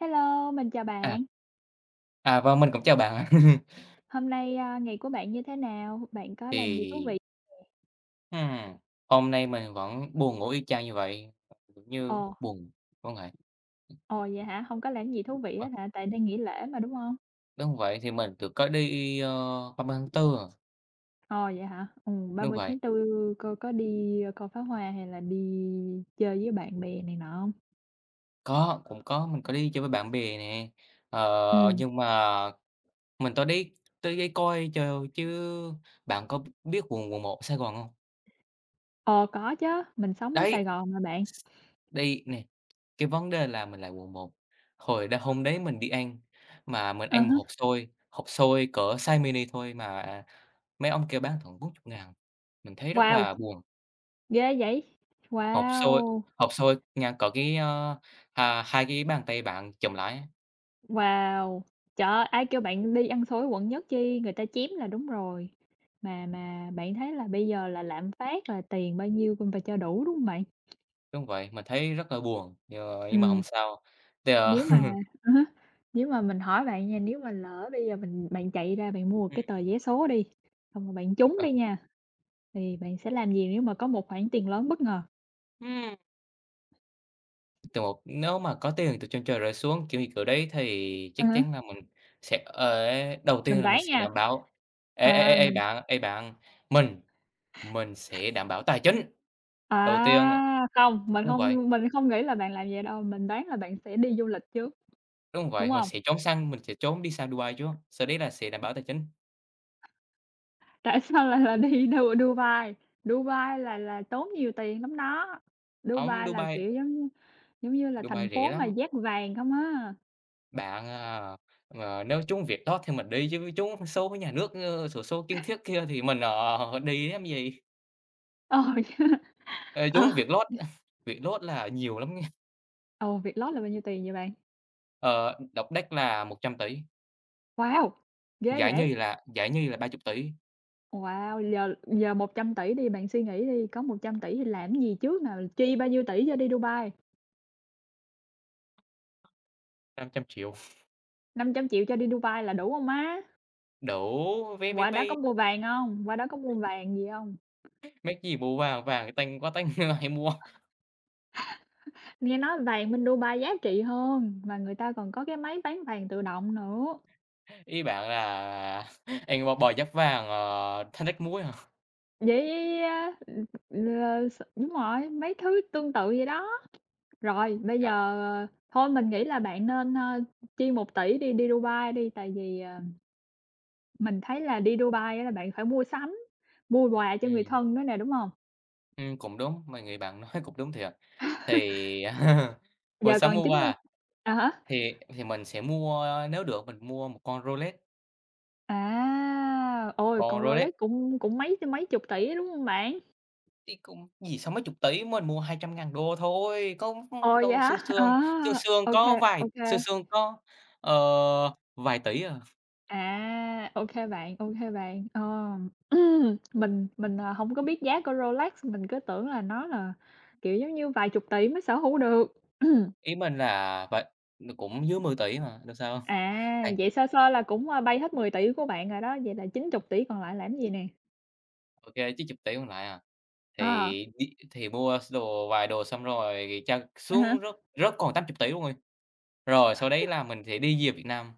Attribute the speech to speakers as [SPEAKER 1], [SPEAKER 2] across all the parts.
[SPEAKER 1] Hello, mình chào
[SPEAKER 2] À.
[SPEAKER 1] bạn.
[SPEAKER 2] Vâng, mình cũng chào bạn ạ.
[SPEAKER 1] Hôm nay, ngày của bạn như thế nào? Bạn có làm gì thú
[SPEAKER 2] Thì,
[SPEAKER 1] vị?
[SPEAKER 2] ừm, Hôm nay mình vẫn buồn ngủ y chang như vậy, cũng như
[SPEAKER 1] Ồ,
[SPEAKER 2] buồn có ngày.
[SPEAKER 1] ồ, vậy hả? Không có làm gì thú vị hết hả? Tại đang nghỉ lễ mà, đúng không?
[SPEAKER 2] Đúng vậy, thì mình được có đi, 30 tháng 4 à.
[SPEAKER 1] Ồ, vậy hả? Ừ, ba
[SPEAKER 2] Đúng
[SPEAKER 1] mươi
[SPEAKER 2] vậy.
[SPEAKER 1] tháng tư cô có đi, coi pháo hoa hay là đi chơi với bạn bè này nọ không?
[SPEAKER 2] Có, cũng có, mình có đi chơi với bạn bè nè,
[SPEAKER 1] Ừm,
[SPEAKER 2] nhưng mà mình tới đi coi chừ chứ. Bạn có biết quận quận một Sài Gòn không?
[SPEAKER 1] ờ, có chứ. Mình sống ở Sài
[SPEAKER 2] Đấy,
[SPEAKER 1] Gòn mà bạn.
[SPEAKER 2] đây nè, cái vấn đề là mình lại quận một, hồi đ hôm đấy mình đi ăn, mà mình
[SPEAKER 1] À
[SPEAKER 2] ăn một
[SPEAKER 1] há.
[SPEAKER 2] hộp xôi cỡ size mini thôi, mà mấy ông kia bán tận 40 nghìn. Mình thấy rất
[SPEAKER 1] Wow,
[SPEAKER 2] là buồn.
[SPEAKER 1] ghê vậy!
[SPEAKER 2] Hộp xôi
[SPEAKER 1] Wow!
[SPEAKER 2] Hộp xôi ngang cỡ cái, hai cái bàn tay bạn chụm lại á.
[SPEAKER 1] Wow! Trời ơi, ai kêu bạn đi ăn xối quận nhất chi, người ta chém là đúng rồi. Mà bạn thấy là bây giờ là lạm phát là tiền bao nhiêu cũng phải cho đủ, đúng không bạn?
[SPEAKER 2] Đúng vậy, mình thấy rất là buồn, nhưng mà hổng
[SPEAKER 1] Ừm,
[SPEAKER 2] sao. Thì, ờ
[SPEAKER 1] nếu mà à nếu mà mình hỏi bạn nha, nếu mà lỡ bây giờ bạn chạy ra bạn mua cái tờ
[SPEAKER 2] ừm,
[SPEAKER 1] vé số đi, xong rồi bạn trúng
[SPEAKER 2] ờ.
[SPEAKER 1] đi nha, thì bạn sẽ làm gì nếu mà có một khoản tiền lớn bất ngờ?
[SPEAKER 2] Ừm. Từ một Nếu mà có tiền từ trên trời rơi xuống, kiểu như kiểu đấy, thì
[SPEAKER 1] À
[SPEAKER 2] chắc
[SPEAKER 1] há,
[SPEAKER 2] chắn là mình sẽ ở đầu tiên
[SPEAKER 1] mình
[SPEAKER 2] là mình
[SPEAKER 1] đoán
[SPEAKER 2] sẽ
[SPEAKER 1] nha,
[SPEAKER 2] đảm bảo. Ê, ê, ê,
[SPEAKER 1] à, mình
[SPEAKER 2] ê, bạn, mình mình sẽ đảm bảo tài chính. Đầu tiên
[SPEAKER 1] à, không, mình
[SPEAKER 2] Đúng vậy,
[SPEAKER 1] không mình không nghĩ là bạn làm vậy đâu, mình đoán là bạn sẽ đi du lịch trước,
[SPEAKER 2] đúng
[SPEAKER 1] đúng
[SPEAKER 2] vậy,
[SPEAKER 1] không?
[SPEAKER 2] mình sẽ trốn đi sang Dubai, chứ sau đấy là sẽ đảm bảo tài chính.
[SPEAKER 1] Tại sao lại là đi Dubai? Dubai là tốn nhiều tiền lắm đó.
[SPEAKER 2] Hông,
[SPEAKER 1] Dubai là,
[SPEAKER 2] Dubai
[SPEAKER 1] kiểu, giống như là
[SPEAKER 2] Dubai
[SPEAKER 1] thành
[SPEAKER 2] rẻ
[SPEAKER 1] phố mà
[SPEAKER 2] lắm,
[SPEAKER 1] dát vàng không á.
[SPEAKER 2] bạn à. Nếu trúng việc đó thì mình đi, chứ trúng số của nhà nước, xổ số kiến thiết kia thì mình, đi làm gì.
[SPEAKER 1] Ờ,
[SPEAKER 2] Ê, trúng
[SPEAKER 1] ờ,
[SPEAKER 2] Vietlott, lót việc lót là nhiều lắm.
[SPEAKER 1] ờ, Vietlott là bao nhiêu tiền vậy bạn?
[SPEAKER 2] Ờ, Độc đắc là 100 tỷ,
[SPEAKER 1] Wow, ghê vậy!
[SPEAKER 2] giải nhì là 30 tỷ.
[SPEAKER 1] Wow, giờ giờ một trăm tỷ đi, bạn suy nghĩ đi, có một trăm tỷ thì làm cái gì trước nào? Chi bao nhiêu tỷ cho đi Dubai?
[SPEAKER 2] 500 triệu
[SPEAKER 1] Năm trăm triệu cho đi Dubai là đủ không má?
[SPEAKER 2] đủ vé máy
[SPEAKER 1] Qua đó
[SPEAKER 2] bay.
[SPEAKER 1] có mua vàng không? Qua đó có mua vàng gì không?
[SPEAKER 2] Mấy cái gì mua vàng, vàng tanh quá tanh hay mua.
[SPEAKER 1] Nghe nói vàng bên Dubai giá trị hơn, mà người ta còn có cái máy bán vàng tự động nữa.
[SPEAKER 2] Ý bạn là ăn bò bò giáp vàng, thánh rách muối hả?
[SPEAKER 1] Vậy, là s đúng rồi, mấy thứ tương tự vậy đó. Rồi, bây giờ,
[SPEAKER 2] Dạ.
[SPEAKER 1] thôi mình nghĩ là bạn nên, chi một tỷ đi đi Dubai đi, tại vì, mình thấy là đi Dubai á là bạn phải mua sắm, mua quà cho người
[SPEAKER 2] ừm,
[SPEAKER 1] thân nữa nè, đúng không?
[SPEAKER 2] Cũng đúng, người bạn nói cũng đúng thiệt. Thì hồi
[SPEAKER 1] Giờ còn 90
[SPEAKER 2] Samoa
[SPEAKER 1] à hả
[SPEAKER 2] thì mình sẽ mua nếu được mình mua một con Rolex.
[SPEAKER 1] à, ôi,
[SPEAKER 2] Còn
[SPEAKER 1] còn
[SPEAKER 2] Rolex
[SPEAKER 1] Rolex cũng cũng mấy mấy chục tỷ, đúng không bạn?
[SPEAKER 2] Thì cũng gì 60 mấy chục tỷ, mình mua 200 nghìn đô thôi, có
[SPEAKER 1] Ồ, vậy
[SPEAKER 2] đâu. Xương
[SPEAKER 1] hả?
[SPEAKER 2] xương
[SPEAKER 1] À,
[SPEAKER 2] xương xương
[SPEAKER 1] ok
[SPEAKER 2] có vài
[SPEAKER 1] kê,
[SPEAKER 2] xương xương có, ờ, vài tỷ à.
[SPEAKER 1] À, ô kê bạn, ô kê bạn. Ờ, mình hông có biết giá của Rolex, mình cứ tưởng là nó là, kiểu, giống như vài chục tỷ mới sở hữu được.
[SPEAKER 2] Ý mình là vậy Nó cũng dưới 10 tỷ mà, đâu sao.
[SPEAKER 1] À,
[SPEAKER 2] Đây,
[SPEAKER 1] vậy sơ sơ là cũng, bay hết mười tỷ của bạn rồi đó, vậy là chín chục tỷ còn lại làm gì nè?
[SPEAKER 2] ô kê, chứ chục tỷ còn lại à. Thì
[SPEAKER 1] Ờ,
[SPEAKER 2] đi thì mua s đồ vài đồ xong, rồi trao
[SPEAKER 1] à há,
[SPEAKER 2] xuống rớt rớt còn 80 tỷ luôn rồi. Rồi sau đấy là mình sẽ đi về Việt Nam.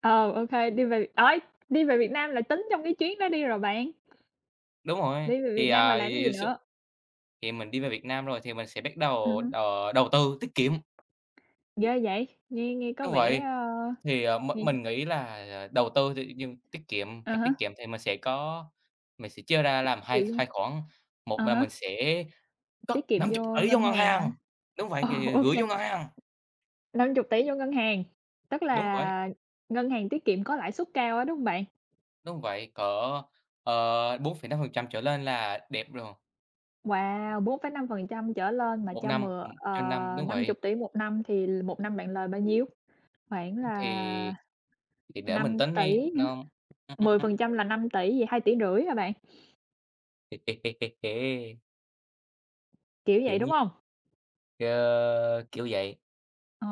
[SPEAKER 1] ờ, ô đi về ơi, đi về Việt Nam là tính trong cái chuyến đó đi rồi bạn,
[SPEAKER 2] Đúng rồi.
[SPEAKER 1] đi về
[SPEAKER 2] thì,
[SPEAKER 1] Việt Nam rồi
[SPEAKER 2] à,
[SPEAKER 1] làm gì
[SPEAKER 2] thì s
[SPEAKER 1] nữa?
[SPEAKER 2] thì mình đi về Việt Nam, rồi thì mình sẽ bắt đầu,
[SPEAKER 1] Ừm,
[SPEAKER 2] đầu tư tiết kiệm.
[SPEAKER 1] ghê vậy, nghe nghe có
[SPEAKER 2] Đúng
[SPEAKER 1] vẻ,
[SPEAKER 2] vậy.
[SPEAKER 1] ơ,
[SPEAKER 2] Thì, ờ, m
[SPEAKER 1] nghe
[SPEAKER 2] Mình nghĩ là, đầu tư thì nhưng tiết kiệm
[SPEAKER 1] ờ
[SPEAKER 2] hoặc tiết
[SPEAKER 1] hả,
[SPEAKER 2] kiệm thì mình sẽ chia ra làm
[SPEAKER 1] kỳ
[SPEAKER 2] hai
[SPEAKER 1] ghê,
[SPEAKER 2] hai khoản.
[SPEAKER 1] à
[SPEAKER 2] Một là
[SPEAKER 1] há.
[SPEAKER 2] mình sẽ cất
[SPEAKER 1] Tiết kiệm
[SPEAKER 2] năm chục
[SPEAKER 1] vô
[SPEAKER 2] tỷ 000
[SPEAKER 1] ngân
[SPEAKER 2] vô ngân
[SPEAKER 1] hàng hả?
[SPEAKER 2] hàng. Đúng vậy,
[SPEAKER 1] Ồ,
[SPEAKER 2] thì
[SPEAKER 1] ô
[SPEAKER 2] gửi
[SPEAKER 1] kê,
[SPEAKER 2] vô ngân hàng.
[SPEAKER 1] 50 000 000 vô ngân hàng, tức
[SPEAKER 2] Đúng vậy,
[SPEAKER 1] là ngân hàng tiết kiệm có lãi suất cao á, đúng hông bạn?
[SPEAKER 2] đúng vậy, cỡ, ờ, 4,5% trở lên là đẹp rồi.
[SPEAKER 1] Wow, bốn phẩy năm phần trăm trở lên mà
[SPEAKER 2] Một
[SPEAKER 1] cho
[SPEAKER 2] năm,
[SPEAKER 1] mừa ờ,
[SPEAKER 2] trên năm, đúng vậy.
[SPEAKER 1] 50.000.000.000 năm thì l 1 năm bạn lời bao nhiêu? Khoảng là
[SPEAKER 2] Thì thì để mình
[SPEAKER 1] năm
[SPEAKER 2] tính đi,
[SPEAKER 1] tỷ, 000 000 hả?
[SPEAKER 2] nó ừm, ừm,
[SPEAKER 1] 10% là năm tỷ 000 000 vậy 2 500 000 hả bạn? Kiểu
[SPEAKER 2] kiểu
[SPEAKER 1] vậy, đúng
[SPEAKER 2] như,
[SPEAKER 1] hông?
[SPEAKER 2] ờ, kiểu vậy.
[SPEAKER 1] Ờ,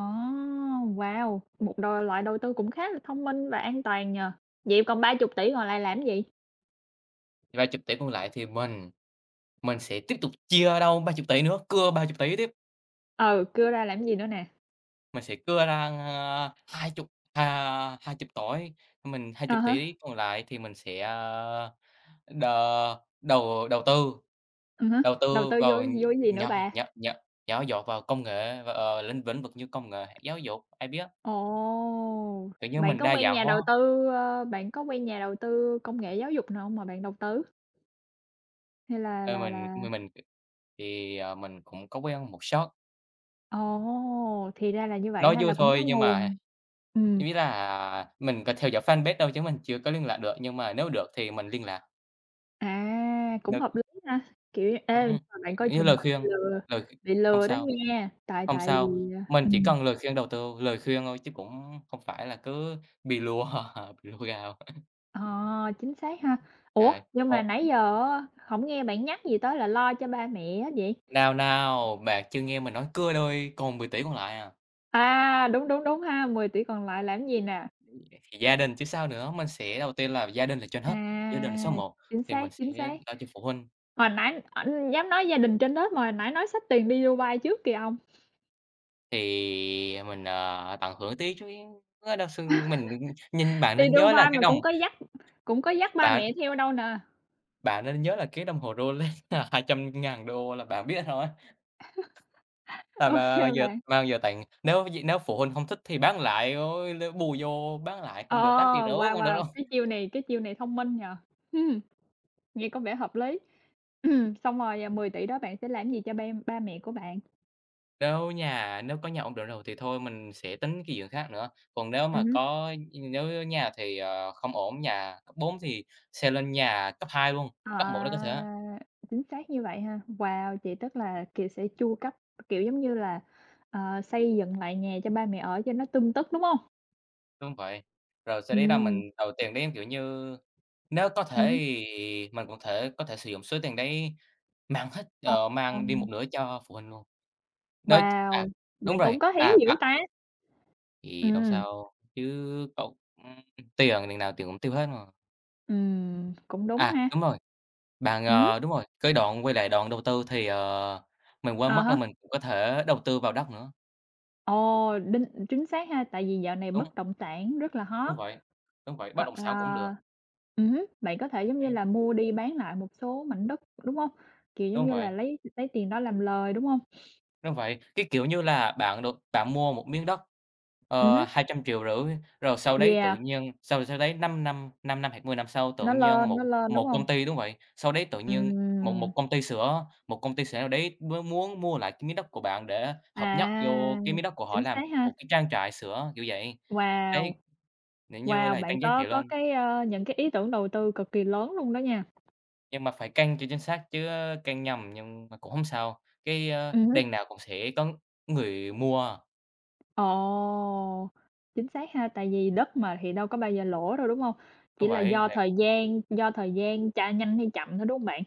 [SPEAKER 1] wow, một đ loại đầu tư cũng khá là thông minh và an toàn nhỉ? Vậy còn ba chục tỷ còn lại làm gì?
[SPEAKER 2] Và chục tỷ còn lại thì mình sẽ tiếp tục chia đâu 30 tỷ nữa, cưa 30 tỷ tiếp.
[SPEAKER 1] Ừ, cưa ra làm gì nữa nè?
[SPEAKER 2] Mình sẽ cưa ra, 20, à, hai
[SPEAKER 1] À
[SPEAKER 2] chục
[SPEAKER 1] há.
[SPEAKER 2] tỷ còn lại thì mình sẽ, a, đờ đầu
[SPEAKER 1] Hứm,
[SPEAKER 2] đầu
[SPEAKER 1] đầu
[SPEAKER 2] tư
[SPEAKER 1] tư vô
[SPEAKER 2] vào nh
[SPEAKER 1] vô cái gì nữa
[SPEAKER 2] nhỏ
[SPEAKER 1] bà?
[SPEAKER 2] nhỏ nhỏ nhỏ giọt vào công nghệ và, lĩnh lĩnh vực như công nghệ, giáo dục, ai biết.
[SPEAKER 1] Ồ!
[SPEAKER 2] Kiểu như, mình đa dạng hóa.
[SPEAKER 1] Bạn có quen nhà đầu tư công nghệ giáo dục nào hông mà bạn đầu tư? Hay là
[SPEAKER 2] ờ,
[SPEAKER 1] là
[SPEAKER 2] mình
[SPEAKER 1] là
[SPEAKER 2] mình mình mình cũng có quen một số.
[SPEAKER 1] ồ, thì ra là như vậy
[SPEAKER 2] Nói
[SPEAKER 1] ha,
[SPEAKER 2] vui
[SPEAKER 1] là cũng có
[SPEAKER 2] thôi nhưng mà
[SPEAKER 1] nguồn. Ừm,
[SPEAKER 2] ý là mình có theo dõi fanpage, đâu chứ mình chưa có liên lạc được, nhưng mà nếu được thì mình liên lạc.
[SPEAKER 1] à, cũng
[SPEAKER 2] Được.
[SPEAKER 1] hợp lý ha, kiểu ê, nhưng
[SPEAKER 2] ừm,
[SPEAKER 1] mà bạn
[SPEAKER 2] Kiểu
[SPEAKER 1] coi
[SPEAKER 2] như
[SPEAKER 1] chừng
[SPEAKER 2] lời
[SPEAKER 1] là
[SPEAKER 2] khuyên, lời khuyên
[SPEAKER 1] bị
[SPEAKER 2] không
[SPEAKER 1] lừa đó
[SPEAKER 2] sao,
[SPEAKER 1] nha, tại
[SPEAKER 2] không
[SPEAKER 1] tại
[SPEAKER 2] sao,
[SPEAKER 1] vì,
[SPEAKER 2] mình chỉ cần lời khuyên đầu tư, lời khuyên thôi, chứ cũng không phải là cứ bị lùa, bị lùa gạo.
[SPEAKER 1] ờ, chính xác ha. Ủa,
[SPEAKER 2] Trời,
[SPEAKER 1] nhưng mà
[SPEAKER 2] còn
[SPEAKER 1] nãy giờ á hổng nghe bạn nhắc gì tới là lo cho ba mẹ á vậy?
[SPEAKER 2] nào, bạn chưa nghe mình nói cưa đôi còn 10 tỷ còn lại à.
[SPEAKER 1] À, đúng ha, 10 tỷ còn lại làm gì nè?
[SPEAKER 2] Thì gia đình chứ sao nữa, mình sẽ đầu tiên là gia đình là trên
[SPEAKER 1] À,
[SPEAKER 2] hết, gia đình là số một. Thì mình sẽ
[SPEAKER 1] chính xác.
[SPEAKER 2] lo cho phụ huynh.
[SPEAKER 1] Hồi nãy ảnh dám nói gia đình trên lớp mà hồi nãy nói xách tiền đi Dubai trước kìa ông,
[SPEAKER 2] Thì mình, tận hưởng tí chứ. Ơ, đâu s mình nhìn bạn
[SPEAKER 1] đi
[SPEAKER 2] nên nhớ là
[SPEAKER 1] Dubai
[SPEAKER 2] cái
[SPEAKER 1] mà
[SPEAKER 2] đồng
[SPEAKER 1] cũng có dắt ba
[SPEAKER 2] bạn
[SPEAKER 1] mẹ theo đâu nè.
[SPEAKER 2] Bạn nên nhớ là cái đồng hồ Rolex là 200 nghìn đô là bạn biết rồi. Là
[SPEAKER 1] Ô
[SPEAKER 2] mà
[SPEAKER 1] kê
[SPEAKER 2] giờ
[SPEAKER 1] bạn.
[SPEAKER 2] mà Giờ tặng, nếu phụ huynh không thích thì bán lại, ôi, l bù vô bán lại
[SPEAKER 1] Ờ,
[SPEAKER 2] cũng được tám 500 000
[SPEAKER 1] wow,
[SPEAKER 2] cũng được
[SPEAKER 1] wow,
[SPEAKER 2] đâu.
[SPEAKER 1] cái chiêu này thông minh nhỉ? Ừm, nghe có vẻ hợp lý. Xong rồi, à, 10 000 đó bạn sẽ làm gì cho ba ba mẹ của bạn?
[SPEAKER 2] Nếu có nhà ổn định rồi thì thôi mình sẽ tính cái chuyện khác nữa, còn nếu mà
[SPEAKER 1] Ừm.
[SPEAKER 2] có nếu nhà thì, không ổn, nhà cấp 4 thì sẽ lên nhà cấp 2 luôn, cấp một nếu có thể.
[SPEAKER 1] À, chính xác như vậy ha. Wow, chị tức là, kiểu, sẽ chu cấp, kiểu, giống như là, xây dựng lại nhà cho ba mẹ ở cho nó tươm tất, đúng không?
[SPEAKER 2] Đúng vậy. Rồi sau đấy là
[SPEAKER 1] Ừm,
[SPEAKER 2] mình đầu tiền đến, kiểu như, nếu có thể
[SPEAKER 1] hứm.
[SPEAKER 2] thì mình cũng thể có thể sử dụng số tiền đấy.
[SPEAKER 1] Ờ,
[SPEAKER 2] Mang đi một
[SPEAKER 1] ờm,
[SPEAKER 2] nửa cho phụ huynh luôn. Nói À,
[SPEAKER 1] wow,
[SPEAKER 2] đúng
[SPEAKER 1] bạn
[SPEAKER 2] rồi,
[SPEAKER 1] cũng có hiếu
[SPEAKER 2] à, đó,
[SPEAKER 1] dữ ta.
[SPEAKER 2] thì đâu
[SPEAKER 1] Ừm,
[SPEAKER 2] sao chứ. Cậu ừm, Tiền đằng nào tiền cũng tiêu hết mà.
[SPEAKER 1] cũng đúng
[SPEAKER 2] À,
[SPEAKER 1] ha.
[SPEAKER 2] đúng rồi, bạn,
[SPEAKER 1] Hứm,
[SPEAKER 2] đúng rồi, cái đoạn quay lại đoạn đầu tư thì, mình quên mất là
[SPEAKER 1] à
[SPEAKER 2] mình cũng có thể đầu tư vào đất nữa.
[SPEAKER 1] ồ, đinh, chính xác ha, tại vì dạo này
[SPEAKER 2] Đúng,
[SPEAKER 1] bất động sản rất là
[SPEAKER 2] đúng
[SPEAKER 1] hot,
[SPEAKER 2] vậy, đúng vậy, bất
[SPEAKER 1] hoặc
[SPEAKER 2] động sản cũng được.
[SPEAKER 1] là ừm, bạn có thể, giống như
[SPEAKER 2] Ừm,
[SPEAKER 1] là, mua đi bán lại một số mảnh đất, đúng không? Kiểu, giống
[SPEAKER 2] đúng
[SPEAKER 1] như là,
[SPEAKER 2] vậy.
[SPEAKER 1] lấy tiền đó làm lời, đúng không?
[SPEAKER 2] Đúng vậy, cái, kiểu như là, bạn mua một miếng đất,
[SPEAKER 1] Ừm.
[SPEAKER 2] 250 triệu, rồi sau đấy tự
[SPEAKER 1] Yeah,
[SPEAKER 2] nhiên sau sau đấy 5 năm hoặc 10 năm sau, tự nhiên một
[SPEAKER 1] nó lên, đúng
[SPEAKER 2] một
[SPEAKER 1] hông?
[SPEAKER 2] công ty đúng vậy, sau đấy tự nhiên một một
[SPEAKER 1] Ừm,
[SPEAKER 2] công ty sữa, nào đấy mới muốn mua lại cái miếng đất của bạn để hợp nhất
[SPEAKER 1] à,
[SPEAKER 2] vô cái miếng đất của họ
[SPEAKER 1] chính
[SPEAKER 2] làm
[SPEAKER 1] xác ha.
[SPEAKER 2] một cái trang trại sữa, kiểu vậy.
[SPEAKER 1] Wow,
[SPEAKER 2] Đấy, nếu như
[SPEAKER 1] wow,
[SPEAKER 2] là
[SPEAKER 1] bạn
[SPEAKER 2] tăng giá trị
[SPEAKER 1] có
[SPEAKER 2] lên.
[SPEAKER 1] cái, những cái ý tưởng đầu tư cực kỳ lớn luôn đó nha.
[SPEAKER 2] Nhưng mà phải căn cho chính xác chứ, căn nhầm nhưng mà cũng không sao, cái,
[SPEAKER 1] Hứm.
[SPEAKER 2] đằng nào cũng sẽ có người mua.
[SPEAKER 1] Ồ, chính xác ha, tại vì đất mà thì đâu có bao giờ lỗ đâu, đúng hông?
[SPEAKER 2] Đúng
[SPEAKER 1] Chỉ là
[SPEAKER 2] vậy.
[SPEAKER 1] do thời gian tra nhanh hay chậm thôi, đúng hông bạn?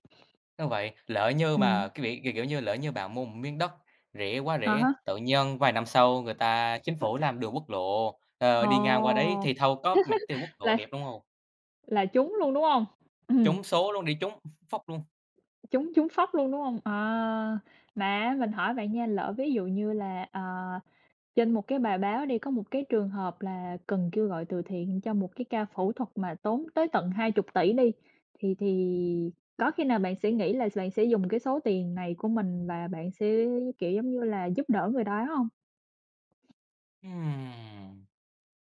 [SPEAKER 2] Đúng vậy, lỡ như mà
[SPEAKER 1] Ừm.
[SPEAKER 2] cái vị kiểu, kiểu như, lỡ như bạn mua một miếng đất rẻ quá
[SPEAKER 1] À
[SPEAKER 2] rẻ,
[SPEAKER 1] há,
[SPEAKER 2] tự nhiên vài năm sau, người ta chính phủ làm đường quốc lộ, đi ngang qua đấy
[SPEAKER 1] ồ,
[SPEAKER 2] thì thâu có mặt tiền quốc lộ
[SPEAKER 1] là
[SPEAKER 2] đẹp, đúng không?
[SPEAKER 1] là trúng luôn, đúng hông? Ừm,
[SPEAKER 2] Trúng số luôn, đi trúng phóc luôn.
[SPEAKER 1] trúng trúng phóc luôn, đúng hông? À, mà á mình hỏi bạn nha, lỡ ví dụ như là, ờ, trên một cái bài báo đi, có một cái trường hợp là cần kêu gọi từ thiện cho một cái ca phẫu thuật mà tốn tới tận hai chục tỷ đi, thì có khi nào bạn sẽ nghĩ là bạn sẽ dùng cái số tiền này của mình và bạn sẽ, kiểu, giống như là, giúp đỡ người đó hông?
[SPEAKER 2] Ừm.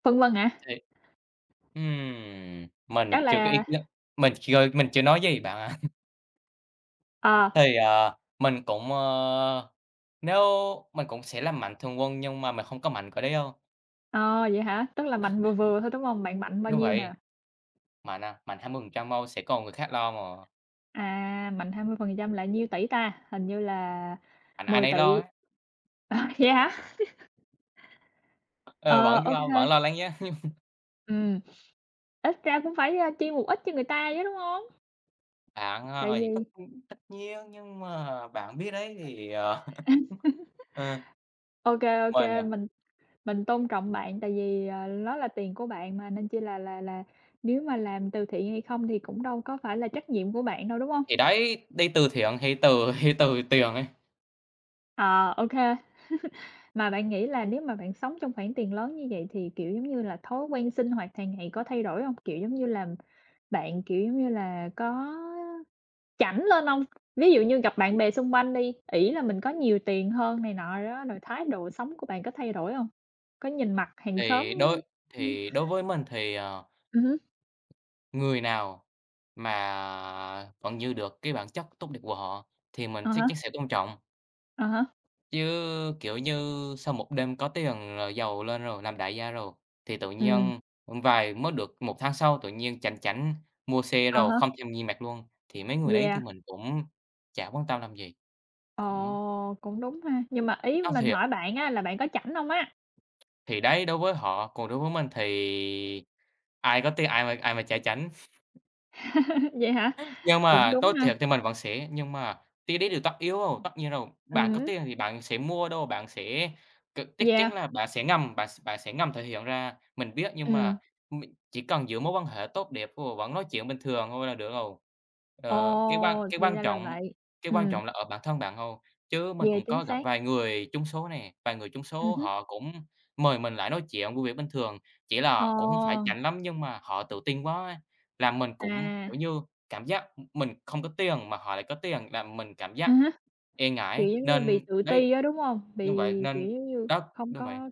[SPEAKER 1] Phân vân hả?
[SPEAKER 2] thì Mình
[SPEAKER 1] Chắc
[SPEAKER 2] chưa có
[SPEAKER 1] là
[SPEAKER 2] ý kiến, mình chưa nói gì bạn ạ.
[SPEAKER 1] ờ,
[SPEAKER 2] Mình cũng, ờ, nếu mình cũng sẽ làm mạnh thường quân, nhưng mà mình không có mạnh cỡ đấy đâu.
[SPEAKER 1] ờ, vậy hả? Tức là mạnh vừa vừa thôi, đúng hông? Bạn mạnh bao
[SPEAKER 2] Đúng
[SPEAKER 1] nhiêu
[SPEAKER 2] vậy,
[SPEAKER 1] nè?
[SPEAKER 2] mạnh 20% thôi, sẽ còn người khác lo mà,
[SPEAKER 1] À, mạnh 20% là nhiêu tỷ ta? Hình như là
[SPEAKER 2] mạnh ai
[SPEAKER 1] 10
[SPEAKER 2] nấy lo
[SPEAKER 1] tỷ?
[SPEAKER 2] á.
[SPEAKER 1] À, vậy hả?
[SPEAKER 2] Ờ,
[SPEAKER 1] Ờ, ô kê.
[SPEAKER 2] vẫn lo lắng giá
[SPEAKER 1] Ừm. Ít ra cũng phải, chia một ít cho người ta chứ, đúng hông?
[SPEAKER 2] bạn,
[SPEAKER 1] Tại
[SPEAKER 2] thì tất
[SPEAKER 1] vì
[SPEAKER 2] tất nhiên, nhưng mà bạn biết đấy thì, ờ,
[SPEAKER 1] ô
[SPEAKER 2] mình,
[SPEAKER 1] kê,
[SPEAKER 2] à,
[SPEAKER 1] mình tôn trọng bạn tại vì, nó là tiền của bạn mà, nên chi là nếu mà làm từ thiện hay không thì cũng đâu có phải là trách nhiệm của bạn đâu, đúng hông?
[SPEAKER 2] thì đấy, đi từ thiện thì từ từ tiền ấy.
[SPEAKER 1] Ờ, ô kê, mà bạn nghĩ là nếu mà bạn sống trong khoản tiền lớn như vậy thì, kiểu, giống như là, thói quen sinh hoạt hàng ngày có thay đổi hông? Kiểu, giống như là, bạn, kiểu, giống như là, có chảnh lên không? Ví dụ như gặp bạn bè xung quanh đi, ỷ là mình có nhiều tiền hơn này nọ đó, rồi thái độ sống của bạn có thay đổi hông? Có nhìn mặt hàng xóm
[SPEAKER 2] thì đối
[SPEAKER 1] ưm,
[SPEAKER 2] thì đối với mình thì,
[SPEAKER 1] hứm,
[SPEAKER 2] người nào mà vẫn như được cái bản chất tốt đẹp của họ thì mình
[SPEAKER 1] à
[SPEAKER 2] chắc
[SPEAKER 1] há,
[SPEAKER 2] chắn sẽ tôn trọng.
[SPEAKER 1] à há,
[SPEAKER 2] Chứ, kiểu như, sau một đêm có tiền rồi, giàu lên rồi, làm đại gia rồi, thì tự
[SPEAKER 1] ừm,
[SPEAKER 2] nhiên mới được một tháng sau, tự nhiên chảnh chảnh mua xe
[SPEAKER 1] à
[SPEAKER 2] rồi
[SPEAKER 1] há,
[SPEAKER 2] không thèm nhìn mặt luôn, thì mấy người đấy thì
[SPEAKER 1] yeah,
[SPEAKER 2] mình cũng chả quan tâm làm gì. Cũng
[SPEAKER 1] ồ, cũng đúng ha. Nhưng mà ý
[SPEAKER 2] nói
[SPEAKER 1] mình
[SPEAKER 2] thiệt,
[SPEAKER 1] hỏi bạn á là bạn có chảnh hông á?
[SPEAKER 2] thì đấy, đối với họ, còn đối với mình thì ai có tiền, ai mà chả chảnh.
[SPEAKER 1] Vậy hả?
[SPEAKER 2] Nhưng
[SPEAKER 1] Cũng
[SPEAKER 2] mà
[SPEAKER 1] đúng
[SPEAKER 2] tốt
[SPEAKER 1] ha,
[SPEAKER 2] thiệt thì mình vẫn sẽ nhưng mà Tí đấy điều tất yếu rồi, tất nhiên rồi, bạn có
[SPEAKER 1] hứm,
[SPEAKER 2] tiền thì bạn sẽ mua đâu, bạn sẽ c chắc chắn
[SPEAKER 1] yeah,
[SPEAKER 2] là bạn sẽ ngầm thể hiện ra, mình biết, nhưng mà
[SPEAKER 1] ừm,
[SPEAKER 2] mình chỉ cần giữ mối quan hệ tốt đẹp rồi vẫn nói chuyện bình thường thôi là được rồi.
[SPEAKER 1] ồ,
[SPEAKER 2] Cái
[SPEAKER 1] thì
[SPEAKER 2] quan
[SPEAKER 1] ra là
[SPEAKER 2] trọng
[SPEAKER 1] vậy, ừm,
[SPEAKER 2] là ở bản thân bạn thôi, chứ mình
[SPEAKER 1] yeah,
[SPEAKER 2] cũng
[SPEAKER 1] chính
[SPEAKER 2] có gặp
[SPEAKER 1] xác,
[SPEAKER 2] vài người trúng số nè, vài người trúng số
[SPEAKER 1] hứm,
[SPEAKER 2] họ cũng mời mình lại nói chuyện vui vẻ bình thường, chỉ
[SPEAKER 1] ồ,
[SPEAKER 2] là cũng hông phải rảnh lắm, nhưng mà họ tự tin quá á, làm mình cũng,
[SPEAKER 1] à,
[SPEAKER 2] kiểu như. Cảm giác mình không có tiền mà họ lại có tiền làm mình cảm giác
[SPEAKER 1] à há.
[SPEAKER 2] e
[SPEAKER 1] Kiểu,
[SPEAKER 2] ngại,
[SPEAKER 1] giống như, bị
[SPEAKER 2] nên
[SPEAKER 1] tự
[SPEAKER 2] đấy.
[SPEAKER 1] ti á, đúng hông? Bị,
[SPEAKER 2] Đúng vậy,
[SPEAKER 1] kiểu,
[SPEAKER 2] nên
[SPEAKER 1] giống như,
[SPEAKER 2] đó.
[SPEAKER 1] không
[SPEAKER 2] Đúng vậy,
[SPEAKER 1] có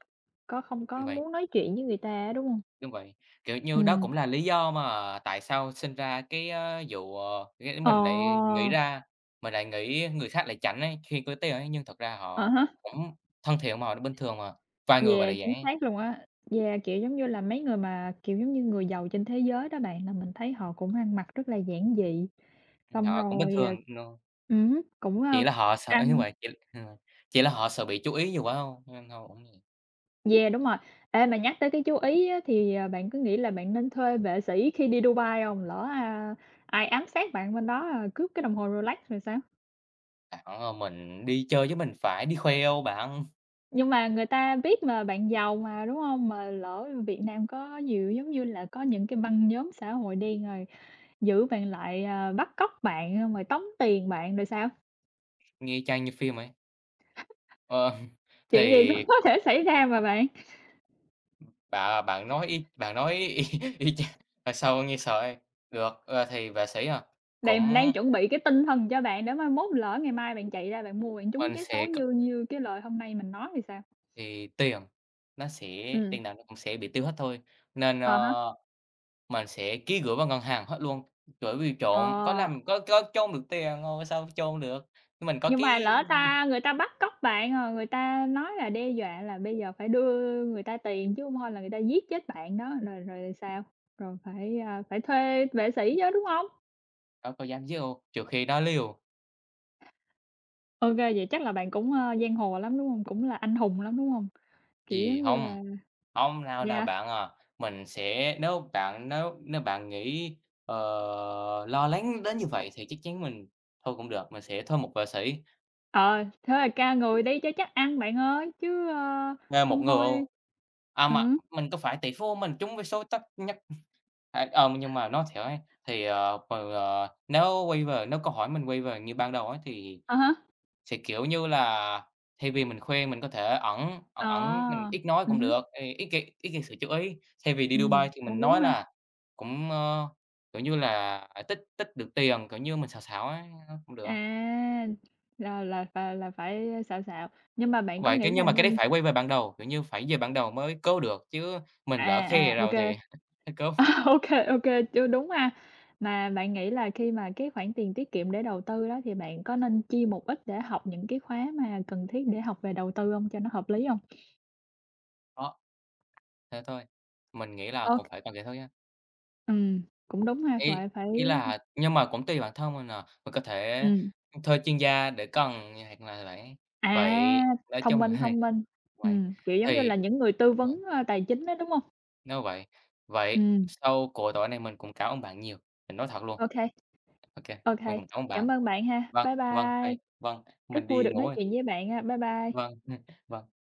[SPEAKER 1] có không
[SPEAKER 2] đúng
[SPEAKER 1] có
[SPEAKER 2] vậy,
[SPEAKER 1] muốn nói chuyện với người ta á, đúng hông?
[SPEAKER 2] đúng vậy. Kiểu như, đó
[SPEAKER 1] Ừm.
[SPEAKER 2] cũng là lý do mà tại sao sinh ra cái, vụ, cái
[SPEAKER 1] Ờ,
[SPEAKER 2] mình lại nghĩ ra mình lại nghĩ người khác lại chảnh ấy, khi có tiền ấy, nhưng thật ra
[SPEAKER 1] à
[SPEAKER 2] họ
[SPEAKER 1] há,
[SPEAKER 2] cũng thân thiện mà, họ bình thường mà, vài người mà
[SPEAKER 1] yeah,
[SPEAKER 2] là vậy,
[SPEAKER 1] chính xác luôn á. Yeah, kiểu, giống như là, mấy người mà, kiểu, giống như, người giàu trên thế giới đó bạn, là mình thấy họ cũng ăn mặc rất là giản dị, xong
[SPEAKER 2] họ cũng bình
[SPEAKER 1] rồi, ờ
[SPEAKER 2] thường. No.
[SPEAKER 1] hứm, cũng,
[SPEAKER 2] chỉ
[SPEAKER 1] ơ,
[SPEAKER 2] là họ sợ như
[SPEAKER 1] ăn
[SPEAKER 2] vậy, chỉ ừm, chỉ là họ sợ bị chú ý nhiều quá thôi, nên họ cũng.
[SPEAKER 1] yeah, đúng rồi. Ê, mà nhắc tới cái chú Ý á, thì, bạn có nghĩ là bạn nên thuê vệ sĩ khi đi Dubai hông? Lỡ, ai ám sát bạn bên đó, à, cướp cái đồng hồ Rolex rồi sao?
[SPEAKER 2] Bạn ơi, mình đi chơi chứ mình phải đi khoe đâu bạn.
[SPEAKER 1] Nhưng mà người ta biết mà, bạn giàu mà, đúng không? Mà lỡ Việt Nam có nhiều giống như là có những cái băng nhóm xã hội đen rồi giữ bạn lại, à, bắt cóc bạn, xong rồi tống tiền bạn rồi sao?
[SPEAKER 2] Nghe chang như phim ấy. Ờ,
[SPEAKER 1] Chuyện gì
[SPEAKER 2] thì
[SPEAKER 1] cũng có
[SPEAKER 2] c
[SPEAKER 1] thể xảy ra mà bạn,
[SPEAKER 2] bạn bạn nói y, y chang mà sao nghe sợ vậy. Được, thì vệ sĩ à.
[SPEAKER 1] đàn đang
[SPEAKER 2] Cũng
[SPEAKER 1] chuẩn bị cái tinh thần cho bạn để mai mốt lỡ ngày mai bạn chạy ra bạn mua bạn trúng
[SPEAKER 2] mình
[SPEAKER 1] trá
[SPEAKER 2] sẽ
[SPEAKER 1] số
[SPEAKER 2] c
[SPEAKER 1] như như cái lời hôm nay mình nói thì sao?
[SPEAKER 2] thì tiền nó sẽ
[SPEAKER 1] Ừ,
[SPEAKER 2] Tiền nào nó cũng sẽ bị tiêu hết thôi, nên,
[SPEAKER 1] à há,
[SPEAKER 2] mình sẽ ký gửi vào ngân hàng hết luôn, bởi vì trộm có
[SPEAKER 1] ờ.
[SPEAKER 2] làm có chôn được tiền không, sao chôn được. Nhưng mình có
[SPEAKER 1] Nhưng mà
[SPEAKER 2] cái,
[SPEAKER 1] lỡ ta người ta bắt cóc bạn, rồi người ta nói là đe dọa là bây giờ phải đưa người ta tiền chứ không thôi là người ta giết chết bạn đó, rồi rồi sao? Rồi phải, phải thuê vệ sĩ chứ, đúng hông?
[SPEAKER 2] đâu có dám chứ đâu, trừ khi nó liều.
[SPEAKER 1] OK, vậy chắc là bạn cũng, giang hồ lắm, đúng hông? Cũng là anh hùng lắm, đúng hông? Kiểu,
[SPEAKER 2] Gì
[SPEAKER 1] giống như
[SPEAKER 2] không
[SPEAKER 1] là
[SPEAKER 2] Hông, nào nào
[SPEAKER 1] yeah,
[SPEAKER 2] bạn à. Mình sẽ nếu bạn nếu Nếu bạn nghĩ, lo lắng đến như vậy thì chắc chắn thôi cũng được, mình sẽ thuê một họa sĩ,
[SPEAKER 1] ờ, thế là ca người đi cho chắc ăn bạn ơi, chứ, ơ,
[SPEAKER 2] thuê một
[SPEAKER 1] hông
[SPEAKER 2] người
[SPEAKER 1] thôi
[SPEAKER 2] ô à, mà
[SPEAKER 1] ừm,
[SPEAKER 2] mình có phải tỷ phú, mình trúng với số tất nhất. À, nhưng mà nói thiệt ấy, thì, ờ, ừ, ờ, nếu câu hỏi mình quay về như ban đầu ấy thì.
[SPEAKER 1] à há,
[SPEAKER 2] Thì, kiểu như là, thay vì mình khuyên, mình có thể ẩn ẩn
[SPEAKER 1] ờ,
[SPEAKER 2] ẩn, mình ít nói cũng
[SPEAKER 1] hứm,
[SPEAKER 2] được, thì ít gây sự chú ý. Thay vì đi Dubai thì mình
[SPEAKER 1] cũng đúng
[SPEAKER 2] nói
[SPEAKER 1] ha.
[SPEAKER 2] là cũng, kiểu như là, à, tích tích được tiền, kiểu như, mình xào xạo ấy, cũng được.
[SPEAKER 1] À, là phải, xào nhưng mà bạn có
[SPEAKER 2] Vậy cái
[SPEAKER 1] nghĩ
[SPEAKER 2] Nhưng
[SPEAKER 1] là
[SPEAKER 2] mà cái đấy
[SPEAKER 1] nên
[SPEAKER 2] phải quay về ban đầu, kiểu như, phải về ban đầu mới cứu được, chứ mình lỡ
[SPEAKER 1] à,
[SPEAKER 2] khi
[SPEAKER 1] à, ô
[SPEAKER 2] rồi
[SPEAKER 1] kê,
[SPEAKER 2] thì hết cứu.
[SPEAKER 1] À, ô kê, chưa đúng ha. Mà bạn nghĩ là khi mà cái khoản tiền tiết kiệm để đầu tư đó thì bạn có nên chia một ít để học những cái khóa mà cần thiết để học về đầu tư hông cho nó hợp lý hông?
[SPEAKER 2] Đó, thế thôi, mình nghĩ là
[SPEAKER 1] Ô
[SPEAKER 2] cũng
[SPEAKER 1] kê,
[SPEAKER 2] phải cần vậy thôi á.
[SPEAKER 1] ừm, cũng đúng ha,
[SPEAKER 2] Ý
[SPEAKER 1] phải phải
[SPEAKER 2] Ý là, nhưng mà cũng tùy bản thân mình à, mình có thể
[SPEAKER 1] ừm,
[SPEAKER 2] thuê chuyên gia để cần, hoặc là vậy.
[SPEAKER 1] à,
[SPEAKER 2] Nói chung là
[SPEAKER 1] thông minh,
[SPEAKER 2] vậy
[SPEAKER 1] kiểu, giống như
[SPEAKER 2] thì
[SPEAKER 1] là những người tư
[SPEAKER 2] đúng rồi,
[SPEAKER 1] vấn, tài chính á, đúng hông?
[SPEAKER 2] nếu vậy vậy
[SPEAKER 1] Ừm,
[SPEAKER 2] sau cuộc tối này mình cũng cảm ơn bạn nhiều, mình nói thật luôn.
[SPEAKER 1] ô kê,
[SPEAKER 2] Ok,
[SPEAKER 1] ô
[SPEAKER 2] mình
[SPEAKER 1] kê,
[SPEAKER 2] cũng cảm ơn bạn.
[SPEAKER 1] cảm ơn bạn ha.
[SPEAKER 2] Vâng,
[SPEAKER 1] Bye
[SPEAKER 2] vâng, thầy
[SPEAKER 1] bye.
[SPEAKER 2] vâng, mình
[SPEAKER 1] Rất vui
[SPEAKER 2] đi
[SPEAKER 1] được
[SPEAKER 2] ngủ
[SPEAKER 1] nói
[SPEAKER 2] đây.
[SPEAKER 1] chuyện với bạn ha. Bye bye.
[SPEAKER 2] Vâng, vâng.